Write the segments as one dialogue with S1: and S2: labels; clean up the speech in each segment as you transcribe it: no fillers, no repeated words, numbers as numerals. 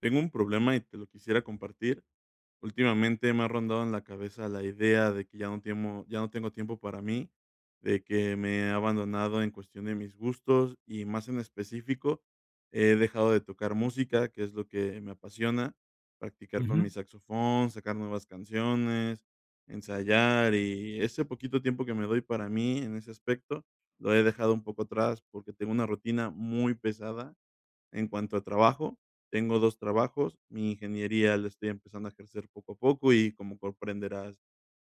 S1: Tengo un problema y te lo quisiera compartir. Últimamente me ha rondado en la cabeza la idea de que ya no ya no tengo tiempo para mí, de que me he abandonado en cuestión de mis gustos y más en específico he dejado de tocar música, que es lo que me apasiona, practicar con mi
S2: Ujú,
S1: saxofón, sacar nuevas canciones, ensayar y ese poquito tiempo que me doy para mí en ese aspecto lo he dejado un poco atrás porque tengo una rutina muy pesada en cuanto a trabajo, tengo 2 trabajos. Mi ingeniería la estoy empezando a ejercer poco a poco y, como comprenderás,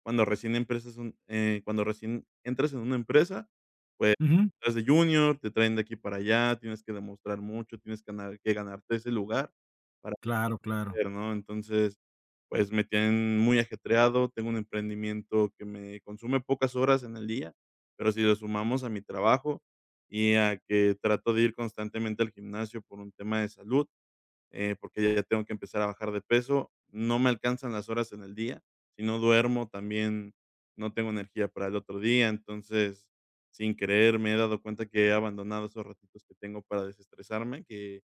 S1: cuando recién entras en una empresa, pues,
S2: ujú.
S1: estás de junior, te traen de aquí para allá, tienes que demostrar mucho, tienes que ganarte ese lugar
S2: Claro, claro.
S1: hacer, ¿no? Entonces, pues, me tienen muy ajetreado, tengo un emprendimiento que me consume pocas horas en el día, pero si lo sumamos a mi trabajo y a que trato de ir constantemente al gimnasio por un tema de salud, porque ya tengo que empezar a bajar de peso, no me alcanzan las horas en el día, si no duermo también no tengo energía para el otro día, entonces, sin querer me he dado cuenta que he abandonado esos ratitos que tengo para desestresarme, que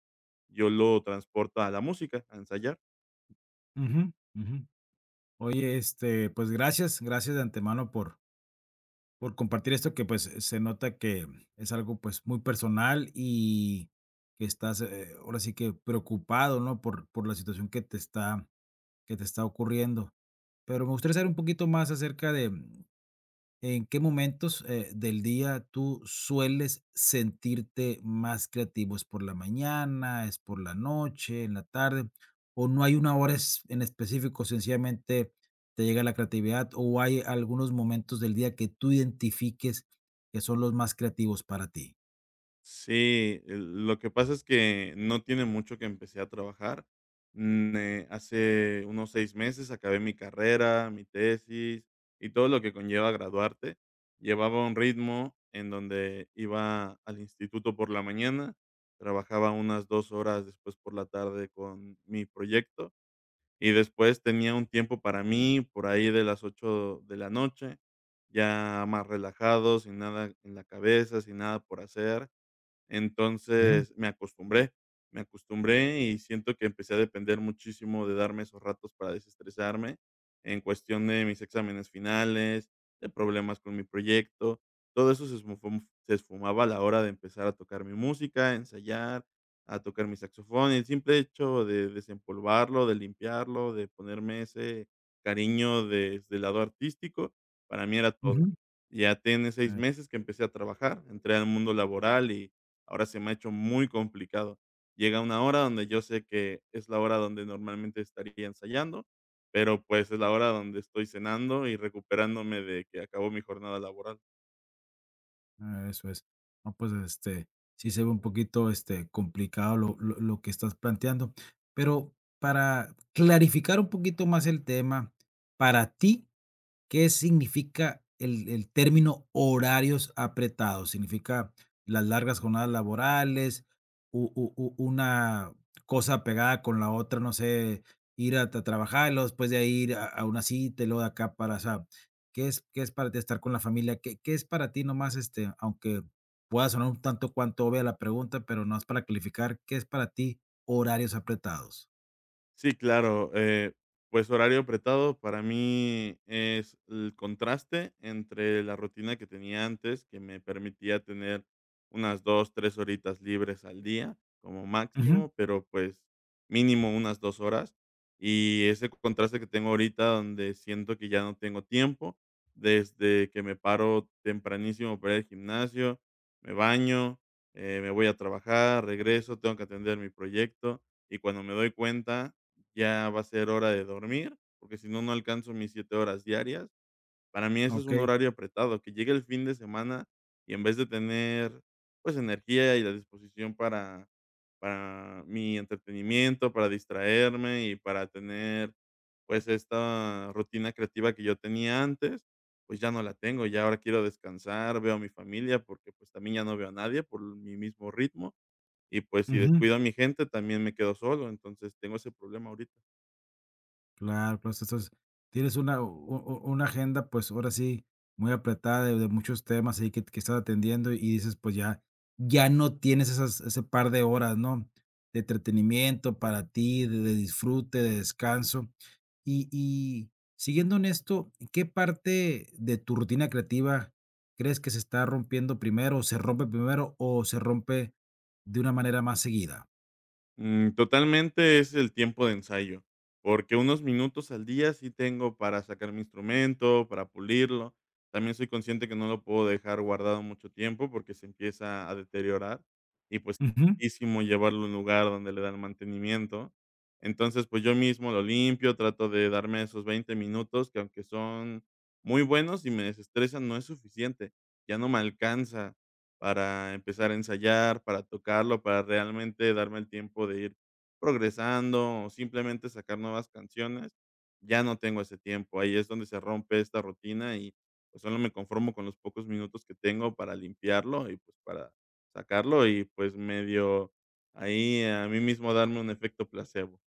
S1: yo lo transporto a la música, a ensayar.
S2: Ujú, ujú. Oye, pues gracias, gracias de antemano por compartir esto que pues se nota que es algo pues muy personal y que estás ahora sí que preocupado, ¿no? Por la situación que te que te está ocurriendo. Pero me gustaría saber un poquito más acerca de, ¿en qué momentos, del día tú sueles sentirte más creativo? ¿Es por la mañana, es por la noche, en la tarde, o no hay una hora es en específico, sencillamente te llega la creatividad, o hay algunos momentos del día que tú identifiques que son los más creativos para ti?
S1: Sí, el lo que pasa es que no tiene mucho que empecé a trabajar. Hace unos 6 meses acabé mi carrera, mi tesis y todo lo que conlleva graduarte. Llevaba un ritmo en donde iba al instituto por la mañana, trabajaba unas 2 horas después por la tarde con mi proyecto y después tenía un tiempo para mí por ahí de las 8 de la noche, ya más relajado, sin nada en la cabeza, sin nada por hacer.
S2: Ujú,
S1: Entonces, me acostumbré y siento que empecé a depender muchísimo de darme esos ratos para desestresarme en cuestión de mis exámenes finales, de problemas con mi proyecto. Todo eso se esfumaba a la hora de empezar a tocar mi música, a ensayar, a tocar mi saxofón. El simple hecho de desempolvarlo, de limpiarlo, de ponerme ese cariño desde el lado artístico, para mí era todo. Ya tiene seis
S2: ujú.
S1: meses que empecé a trabajar, entré al mundo laboral y ahora se me ha hecho muy complicado. Llega una hora donde yo sé que es la hora donde normalmente estaría ensayando, pero pues es la hora donde estoy cenando y recuperándome de que acabó mi jornada laboral.
S2: Ah, eso es. No, pues, sí se ve un poquito, complicado lo que estás planteando. Pero para clarificar un poquito más el tema, para ti, ¿qué significa el término horarios apretados? ¿Significa las largas jornadas laborales, u una cosa pegada con la otra? No sé, ir a ta trabajar, y luego después de ahí ir a una cita, y luego de acá para, o sea, ¿qué es para ti estar con la familia? ¿Qué es para ti nomás, este, aunque pueda sonar un tanto cuanto obvia la pregunta, pero no es para calificar, ¿qué es para ti horarios apretados?
S1: Sí, claro, pues, horario apretado para mí es el contraste entre la rutina que tenía antes, que me permitía tener unas 2, 3 horitas libres al día como
S2: Ujú,
S1: máximo, pero, pues, mínimo unas 2 horas, y ese contraste que tengo ahorita donde siento que ya no tengo tiempo, desde que me paro tempranísimo para ir al gimnasio, me baño, me voy a trabajar, regreso, tengo que atender mi proyecto, y cuando me doy cuenta ya va a ser hora de dormir, porque si no, no alcanzo mis 7 horas diarias. Para mí eso es un
S2: okey.
S1: horario apretado, que llegue el fin de semana y en vez de tener, pues, energía y la disposición para mi entretenimiento, para distraerme y para tener, pues, esta rutina creativa que yo tenía antes, pues, ya no la tengo. Ya ahora quiero descansar, veo a mi familia, porque, pues, también ya no veo a nadie por mi mismo ritmo y, pues, si descuido a mi gente, también me quedo solo. Entonces, tengo ese problema ahorita.
S2: Claro, pues, entonces, tienes una u una agenda, pues, ahora sí, muy apretada de muchos temas ahí que estás atendiendo, y dices, pues, ya no tienes esas ese par de horas, ¿no?, de entretenimiento para ti, de disfrute, de descanso. Y siguiendo en esto, ¿qué parte de tu rutina creativa crees que se está rompiendo primero, o se rompe primero, o se rompe de una manera más seguida?
S1: Totalmente es el tiempo de ensayo, porque unos minutos al día sí tengo para sacar mi instrumento, para pulirlo. También soy consciente que no lo puedo dejar guardado mucho tiempo porque se empieza a deteriorar y pues es carísimo llevarlo a un lugar donde le dan mantenimiento. Entonces, pues yo mismo lo limpio, trato de darme esos 20 minutos que aunque son muy buenos y me desestresan, no es suficiente. Ya no me alcanza para empezar a ensayar, para tocarlo, para realmente darme el tiempo de ir progresando o simplemente sacar nuevas canciones, ya no tengo ese tiempo. Ahí es donde se rompe esta rutina y pues solo me conformo con los pocos minutos que tengo para limpiarlo y pues para sacarlo y pues medio ahí a mí mismo darme un efecto placebo.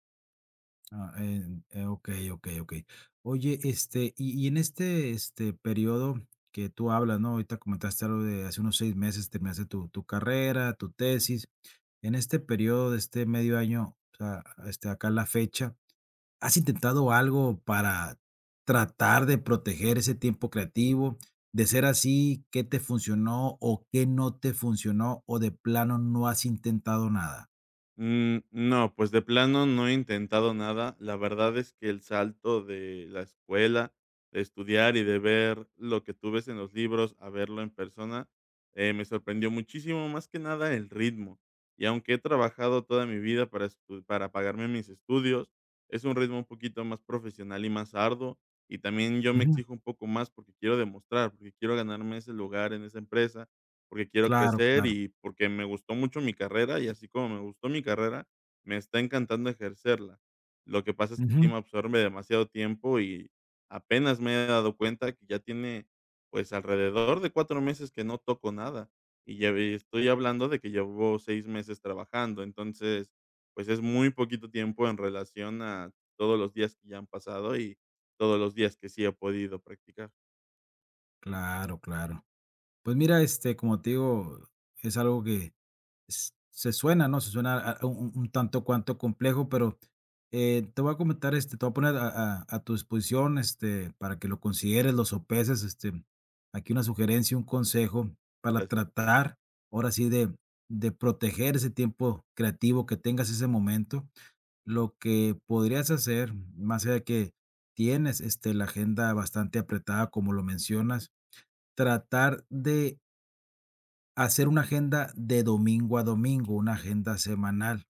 S2: Ah, en okey, okey, okey. Oye, y en este periodo que tú hablas, ¿no? Ahorita comentaste algo de hace unos 6 meses terminaste tu carrera, tu tesis. En este periodo de este medio año, o sea, este, acá la fecha, ¿has intentado algo para tratar de proteger ese tiempo creativo? De ser así, ¿qué te funcionó o qué no te funcionó, o de plano no has intentado nada?
S1: No, pues de plano no he intentado nada. La verdad es que el salto de la escuela, de estudiar y de ver lo que tú ves en los libros a verlo en persona, me sorprendió muchísimo, más que nada el ritmo. Y aunque he trabajado toda mi vida para, para pagarme mis estudios, es un ritmo un poquito más profesional y más arduo. Y también yo me
S2: Ujú.
S1: exijo un poco más porque quiero demostrar, porque quiero ganarme ese lugar en esa empresa porque quiero
S2: Claro,
S1: crecer
S2: claro.
S1: y porque me gustó mucho mi carrera, y así como me gustó mi carrera, me está encantando ejercerla. Lo que pasa es que
S2: Ujú.
S1: sí me absorbe demasiado tiempo y apenas me he dado cuenta que ya tiene, pues, alrededor de 4 meses que no toco nada, y ya ve estoy hablando de que llevo 6 meses trabajando. Entonces, pues, es muy poquito tiempo en relación a todos los días que ya han pasado y todos los días que sí he podido practicar.
S2: Claro, claro. Pues mira, este, como te digo, es algo que se suena, ¿no? Se suena a un tanto cuanto complejo, pero te voy a comentar, este, te voy a poner a tu disposición, este, para que lo consideres, lo sopeses, este, aquí una sugerencia, un consejo para
S1: Gracias.
S2: tratar, ahora sí, de proteger ese tiempo creativo que tengas ese momento. Lo que podrías hacer, más allá de que tienes, este, la agenda bastante apretada, como lo mencionas, tratar de hacer una agenda de domingo a domingo, una agenda semanal,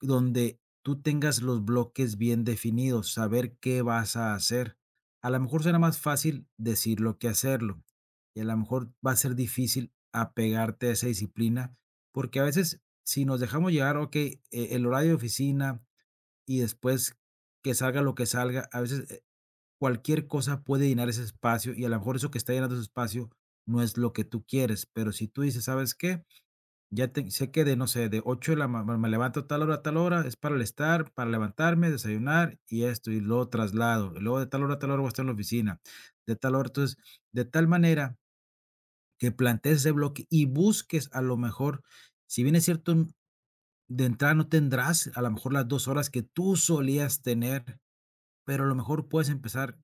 S2: donde tú tengas los bloques bien definidos, saber qué vas a hacer. A lo mejor será más fácil decirlo que hacerlo, y a lo mejor va a ser difícil apegarte a esa disciplina, porque a veces si nos dejamos llevar, ok, el horario de oficina y después que salga lo que salga, a veces cualquier cosa puede llenar ese espacio y a lo mejor eso que está llenando ese espacio no es lo que tú quieres, pero si tú dices, ¿sabes qué? Ya te sé que de, no sé, de 8 de la ma me levanto tal hora a tal hora, es para alistar, para levantarme, desayunar y esto, y luego traslado, y luego de tal hora a tal hora voy a estar en la oficina, de tal hora. Entonces, de tal manera que plantees ese bloque y busques a lo mejor, si bien es cierto, de entrada no tendrás a lo mejor las 2 horas que tú solías tener, pero a lo mejor puedes empezar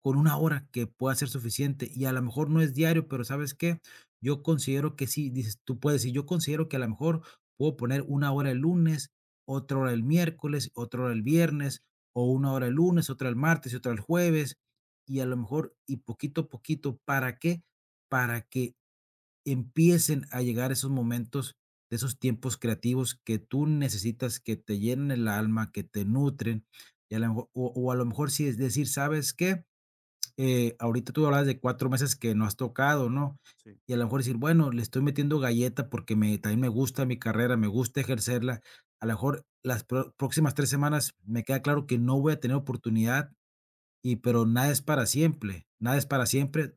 S2: con una hora que pueda ser suficiente y a lo mejor no es diario, pero ¿sabes qué? Yo considero que sí, dices, tú puedes decir, yo considero que a lo mejor puedo poner una hora el lunes, otra hora el miércoles, otra hora el viernes, o una hora el lunes, otra el martes y otra el jueves, y a lo mejor, y poquito a poquito, ¿para qué? Para que empiecen a llegar esos momentos de esos tiempos creativos que tú necesitas, que te llenen el alma, que te nutren, y a lo mejor o a lo mejor sí es decir, ¿sabes qué? Ahorita tú hablas de 4 meses que no has tocado, ¿no?
S1: Sí,
S2: Y a lo mejor decir, bueno, le estoy metiendo galleta porque me también me gusta mi carrera, me gusta ejercerla. A lo mejor las pro próximas 3 semanas me queda claro que no voy a tener oportunidad y pero nada es para siempre, nada es para siempre.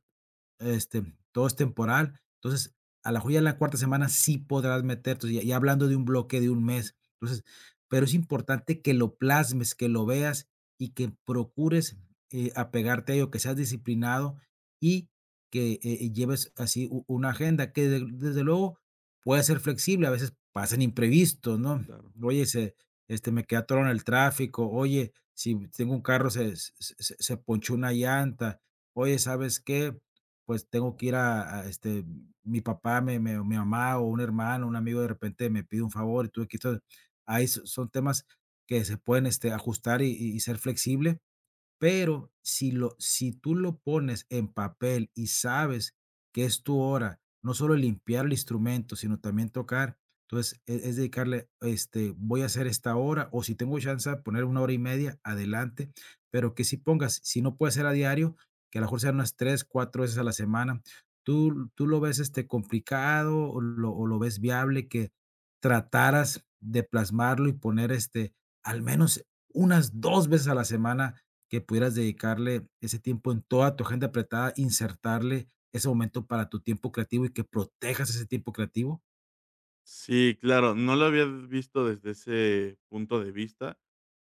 S2: Este, todo es temporal. Entonces, a la mejor ya en la cuarta semana sí podrás meter, entonces, ya hablando de un bloque de un mes. Entonces, pero es importante que lo plasmes, que lo veas y que procures, apegarte a ello, que seas disciplinado y que, lleves así u una agenda que de desde luego puede ser flexible, a veces pasan imprevistos, ¿no?
S1: claro.
S2: Oye, se me quedé atorado en el tráfico, oye, si tengo un carro se ponchó una llanta, oye, ¿sabes qué? Pues tengo que ir a este, mi papá, me me mi mamá o un hermano, un amigo de repente me pide un favor y tuve que entonces, ahí son temas que se pueden, este, ajustar y y ser flexible, pero si lo si tú lo pones en papel y sabes que es tu hora, no solo limpiar el instrumento, sino también tocar, entonces es dedicarle, este, voy a hacer esta hora, o si tengo chance de poner una hora y media, adelante, pero que si pongas, si no puede ser a diario, que a lo mejor sean unas 3 4 veces a la semana. ¿Tú lo ves, este, complicado o lo ves viable que trataras de plasmarlo y poner, este, al menos unas 2 veces a la semana que pudieras dedicarle ese tiempo en toda tu agenda apretada, insertarle ese momento para tu tiempo creativo y que protejas ese tiempo creativo?
S1: Sí, claro, no lo había visto desde ese punto de vista.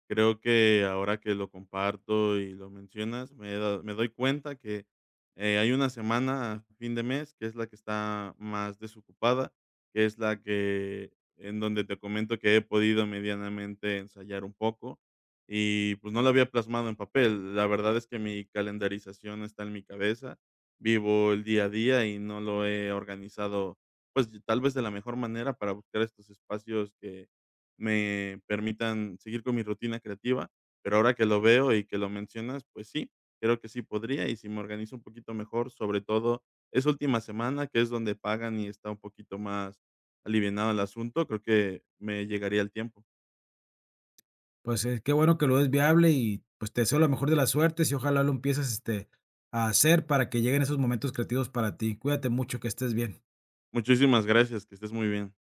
S1: Creo que ahora que lo comparto y lo mencionas, me doy cuenta que hay una semana a fin de mes que es la que está más desocupada, que es la que en donde te comento que he podido medianamente ensayar un poco y pues no lo había plasmado en papel. La verdad es que mi calendarización está en mi cabeza, vivo el día a día y no lo he organizado pues, tal vez de la mejor manera para buscar estos espacios que me permitan seguir con mi rutina creativa, pero ahora que lo veo y que lo mencionas, pues sí, creo que sí podría y si me organizo un poquito mejor, sobre todo esa última semana, que es donde pagan y está un poquito más alivianado el asunto, creo que me llegaría el tiempo.
S2: Pues, qué bueno que lo ves viable y, pues, te deseo la mejor de las suertes y ojalá lo empieces, este, a hacer para que lleguen esos momentos creativos para ti. Cuídate mucho, que estés bien.
S1: Muchísimas gracias, que estés muy bien.